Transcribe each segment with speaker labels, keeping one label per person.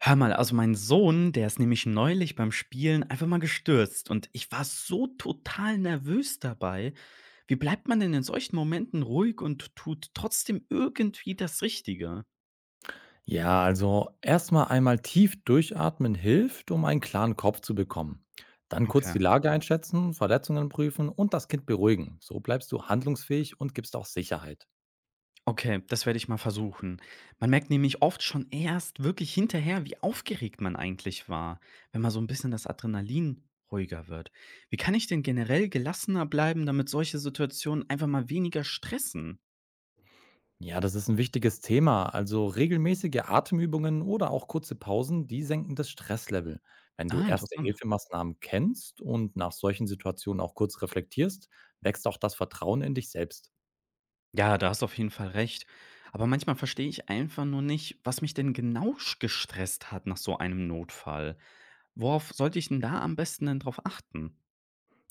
Speaker 1: Hör mal, also mein Sohn, der ist nämlich neulich beim Spielen einfach mal gestürzt und ich war so total nervös dabei. Wie bleibt man denn in solchen Momenten ruhig und tut trotzdem irgendwie das Richtige?
Speaker 2: Ja, also erstmal einmal tief durchatmen hilft, um einen klaren Kopf zu bekommen. Dann kurz
Speaker 1: Okay.
Speaker 2: die Lage einschätzen, Verletzungen prüfen und das Kind beruhigen. So bleibst du handlungsfähig und gibst auch Sicherheit.
Speaker 1: Okay, das werde ich mal versuchen. Man merkt nämlich oft schon erst wirklich hinterher, wie aufgeregt man eigentlich war, wenn mal so ein bisschen das Adrenalin ruhiger wird. Wie kann ich denn generell gelassener bleiben, damit solche Situationen einfach mal weniger stressen?
Speaker 2: Ja, das ist ein wichtiges Thema. Also regelmäßige Atemübungen oder auch kurze Pausen, die senken das Stresslevel. Wenn du
Speaker 1: Ah,
Speaker 2: erste
Speaker 1: interessant.
Speaker 2: Hilfemaßnahmen kennst und nach solchen Situationen auch kurz reflektierst, wächst auch das Vertrauen in dich selbst.
Speaker 1: Ja, da hast du auf jeden Fall recht. Aber manchmal verstehe ich einfach nur nicht, was mich denn genau gestresst hat nach so einem Notfall. Worauf sollte ich denn da am besten denn drauf achten?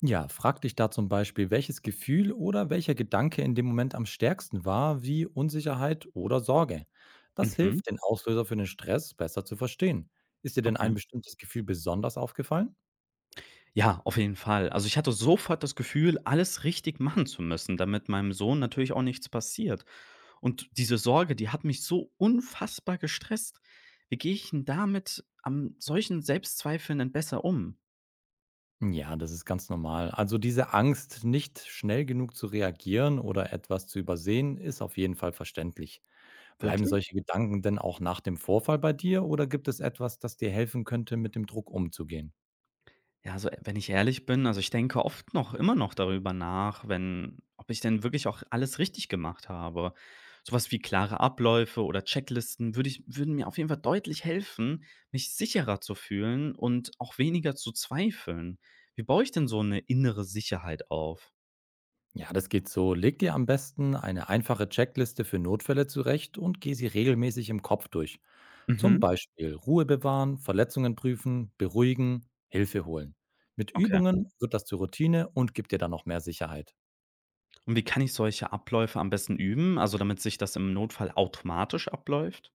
Speaker 2: Ja, frag dich da zum Beispiel, welches Gefühl oder welcher Gedanke in dem Moment am stärksten war, wie Unsicherheit oder Sorge. Das
Speaker 1: Mhm,
Speaker 2: hilft, den Auslöser für den Stress besser zu verstehen. Ist dir denn
Speaker 1: okay.
Speaker 2: ein bestimmtes Gefühl besonders aufgefallen?
Speaker 1: Ja, auf jeden Fall. Also ich hatte sofort das Gefühl, alles richtig machen zu müssen, damit meinem Sohn natürlich auch nichts passiert. Und diese Sorge, die hat mich so unfassbar gestresst. Wie gehe ich denn damit am solchen Selbstzweifeln denn besser um?
Speaker 2: Ja, das ist ganz normal. Also diese Angst, nicht schnell genug zu reagieren oder etwas zu übersehen, ist auf jeden Fall verständlich. Bleiben
Speaker 1: Wirklich?
Speaker 2: solche Gedanken denn auch nach dem Vorfall bei dir oder gibt es etwas, das dir helfen könnte, mit dem Druck umzugehen?
Speaker 1: Ja, also, wenn ich ehrlich bin, also, ich denke oft noch immer noch darüber nach, wenn ob ich denn wirklich auch alles richtig gemacht habe. Sowas wie klare Abläufe oder Checklisten würden mir auf jeden Fall deutlich helfen, mich sicherer zu fühlen und auch weniger zu zweifeln. Wie baue ich denn so eine innere Sicherheit auf?
Speaker 2: Ja, das geht so. Leg dir am besten eine einfache Checkliste für Notfälle zurecht und geh sie regelmäßig im Kopf durch. Zum
Speaker 1: Mhm,
Speaker 2: Beispiel Ruhe bewahren, Verletzungen prüfen, beruhigen, Hilfe holen. Mit
Speaker 1: okay.
Speaker 2: Übungen wird das zur Routine und gibt dir dann noch mehr Sicherheit.
Speaker 1: Und wie kann ich solche Abläufe am besten üben, also, damit sich das im Notfall automatisch abläuft?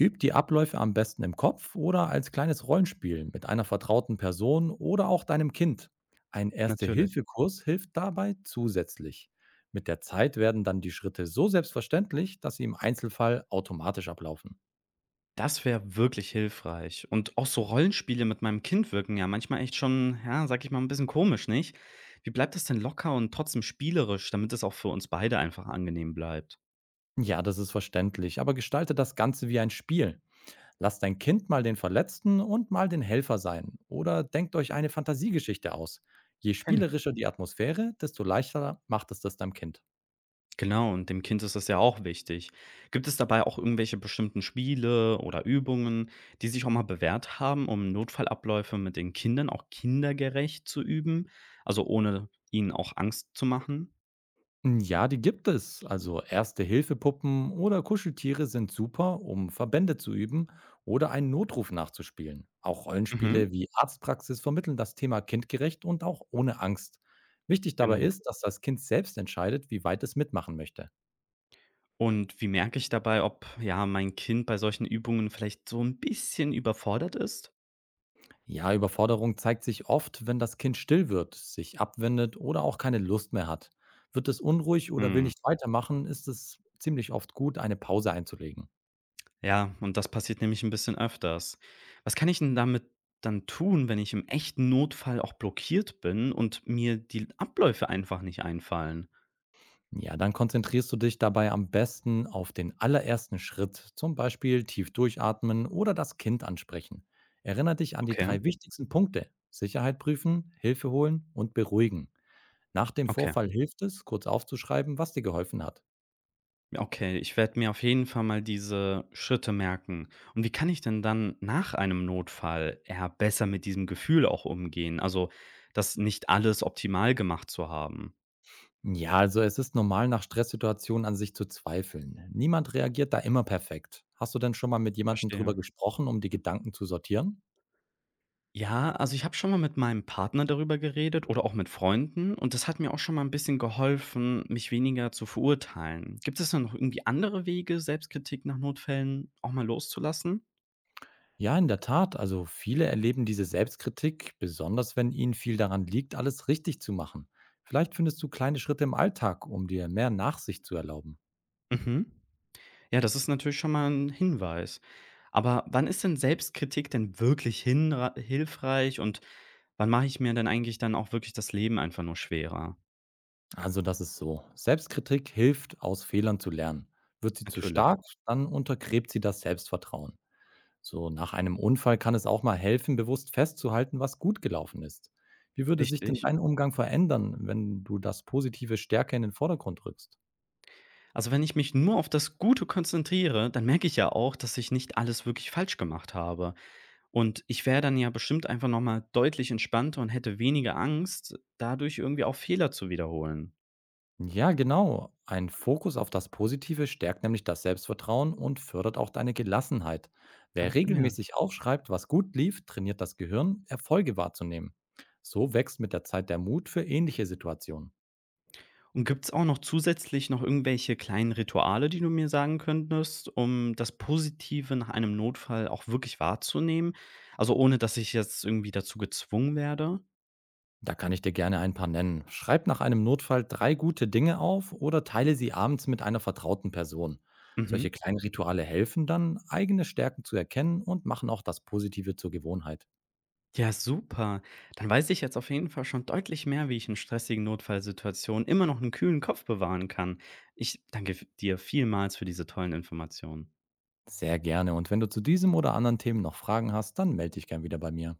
Speaker 2: Üb die Abläufe am besten im Kopf oder als kleines Rollenspiel mit einer vertrauten Person oder auch deinem Kind. Ein
Speaker 1: Natürlich.
Speaker 2: Erste-Hilfe-Kurs hilft dabei zusätzlich. Mit der Zeit werden dann die Schritte so selbstverständlich, dass sie im Einzelfall automatisch ablaufen.
Speaker 1: Das wäre wirklich hilfreich. Und auch so Rollenspiele mit meinem Kind wirken ja manchmal echt schon, ja, sag ich mal, ein bisschen komisch, nicht? Wie bleibt das denn locker und trotzdem spielerisch, damit es auch für uns beide einfach angenehm bleibt?
Speaker 2: Ja, das ist verständlich, aber gestalte das Ganze wie ein Spiel. Lasst dein Kind mal den Verletzten und mal den Helfer sein oder denkt euch eine Fantasiegeschichte aus. Je
Speaker 1: Kenne ich.
Speaker 2: spielerischer die Atmosphäre, desto leichter macht es das deinem Kind.
Speaker 1: Genau, und dem Kind ist das ja auch wichtig. Gibt es dabei auch irgendwelche bestimmten Spiele oder Übungen, die sich auch mal bewährt haben, um Notfallabläufe mit den Kindern auch kindergerecht zu üben, also ohne ihnen auch Angst zu machen?
Speaker 2: Ja, die gibt es. Also Erste-Hilfe-Puppen oder Kuscheltiere sind super, um Verbände zu üben oder einen Notruf nachzuspielen. Auch
Speaker 1: Mhm,
Speaker 2: Rollenspiele wie Arztpraxis vermitteln das Thema kindgerecht und auch ohne Angst. Wichtig dabei
Speaker 1: genau.
Speaker 2: ist, dass das Kind selbst entscheidet, wie weit es mitmachen möchte.
Speaker 1: Und wie merke ich dabei, ob, ja, mein Kind bei solchen Übungen vielleicht so ein bisschen überfordert ist?
Speaker 2: Ja, Überforderung zeigt sich oft, wenn das Kind still wird, sich abwendet oder auch keine Lust mehr hat. Wird es unruhig oder will
Speaker 1: Mhm.
Speaker 2: nicht weitermachen, ist es ziemlich oft gut, eine Pause einzulegen.
Speaker 1: Ja, und das passiert nämlich ein bisschen öfters. Was kann ich 'n damit dann tun, wenn ich im echten Notfall auch blockiert bin und mir die Abläufe einfach nicht einfallen?
Speaker 2: Ja, dann konzentrierst du dich dabei am besten auf den allerersten Schritt, zum Beispiel tief durchatmen oder das Kind ansprechen. Erinnere dich an die
Speaker 1: Okay,
Speaker 2: drei wichtigsten Punkte. Sicherheit prüfen, Hilfe holen und beruhigen. Nach dem
Speaker 1: okay.
Speaker 2: Vorfall hilft es, kurz aufzuschreiben, was dir geholfen hat.
Speaker 1: Okay, ich werde mir auf jeden Fall mal diese Schritte merken. Und wie kann ich denn dann nach einem Notfall eher besser mit diesem Gefühl auch umgehen? Also, das nicht alles optimal gemacht zu haben.
Speaker 2: Ja, also es ist normal, nach Stresssituationen an sich zu zweifeln. Niemand reagiert da immer perfekt. Hast du denn schon mal mit jemandem drüber
Speaker 1: Verstehe.
Speaker 2: gesprochen, um die Gedanken zu sortieren?
Speaker 1: Ja, also ich habe schon mal mit meinem Partner darüber geredet oder auch mit Freunden und das hat mir auch schon mal ein bisschen geholfen, mich weniger zu verurteilen. Gibt es da noch irgendwie andere Wege, Selbstkritik nach Notfällen auch mal loszulassen?
Speaker 2: Ja, in der Tat. Also viele erleben diese Selbstkritik, besonders wenn ihnen viel daran liegt, alles richtig zu machen. Vielleicht findest du kleine Schritte im Alltag, um dir mehr Nachsicht zu erlauben.
Speaker 1: Mhm. Ja, das ist natürlich schon mal ein Hinweis. Aber wann ist denn Selbstkritik denn wirklich hinra hilfreich und wann mache ich mir denn eigentlich dann auch wirklich das Leben einfach nur schwerer?
Speaker 2: Also das ist so. Selbstkritik hilft, aus Fehlern zu lernen. Wird sie zu
Speaker 1: Natürlich.
Speaker 2: stark, dann untergräbt sie das Selbstvertrauen. So, nach einem Unfall kann es auch mal helfen, bewusst festzuhalten, was gut gelaufen ist. Wie würde sich denn
Speaker 1: Wichtig.
Speaker 2: dein Umgang verändern, wenn du das Positive stärker in den Vordergrund rückst?
Speaker 1: Also, wenn ich mich nur auf das Gute konzentriere, dann merke ich ja auch, dass ich nicht alles wirklich falsch gemacht habe. Und ich wäre dann ja bestimmt einfach noch mal deutlich entspannter und hätte weniger Angst, dadurch irgendwie auch Fehler zu wiederholen.
Speaker 2: Ja, genau. Ein Fokus auf das Positive stärkt nämlich das Selbstvertrauen und fördert auch deine Gelassenheit.
Speaker 1: Habe
Speaker 2: Wer
Speaker 1: ich gemerkt.
Speaker 2: regelmäßig aufschreibt, was gut lief, trainiert das Gehirn, Erfolge wahrzunehmen. So wächst mit der Zeit der Mut für ähnliche Situationen.
Speaker 1: Und gibt's auch noch zusätzlich noch irgendwelche kleinen Rituale, die du mir sagen könntest, um das Positive nach einem Notfall auch wirklich wahrzunehmen? Also, ohne dass ich jetzt irgendwie dazu gezwungen werde?
Speaker 2: Da kann ich dir gerne ein paar nennen. Schreib nach einem Notfall drei gute Dinge auf oder teile sie abends mit einer vertrauten Person.
Speaker 1: Mhm.
Speaker 2: Solche kleinen Rituale helfen dann, eigene Stärken zu erkennen und machen auch das Positive zur Gewohnheit.
Speaker 1: Ja, super. Dann weiß ich jetzt auf jeden Fall schon deutlich mehr, wie ich in stressigen Notfallsituationen immer noch einen kühlen Kopf bewahren kann. Ich danke dir vielmals für diese tollen Informationen.
Speaker 2: Sehr gerne. Und wenn du zu diesem oder anderen Themen noch Fragen hast, dann melde dich gern wieder bei mir.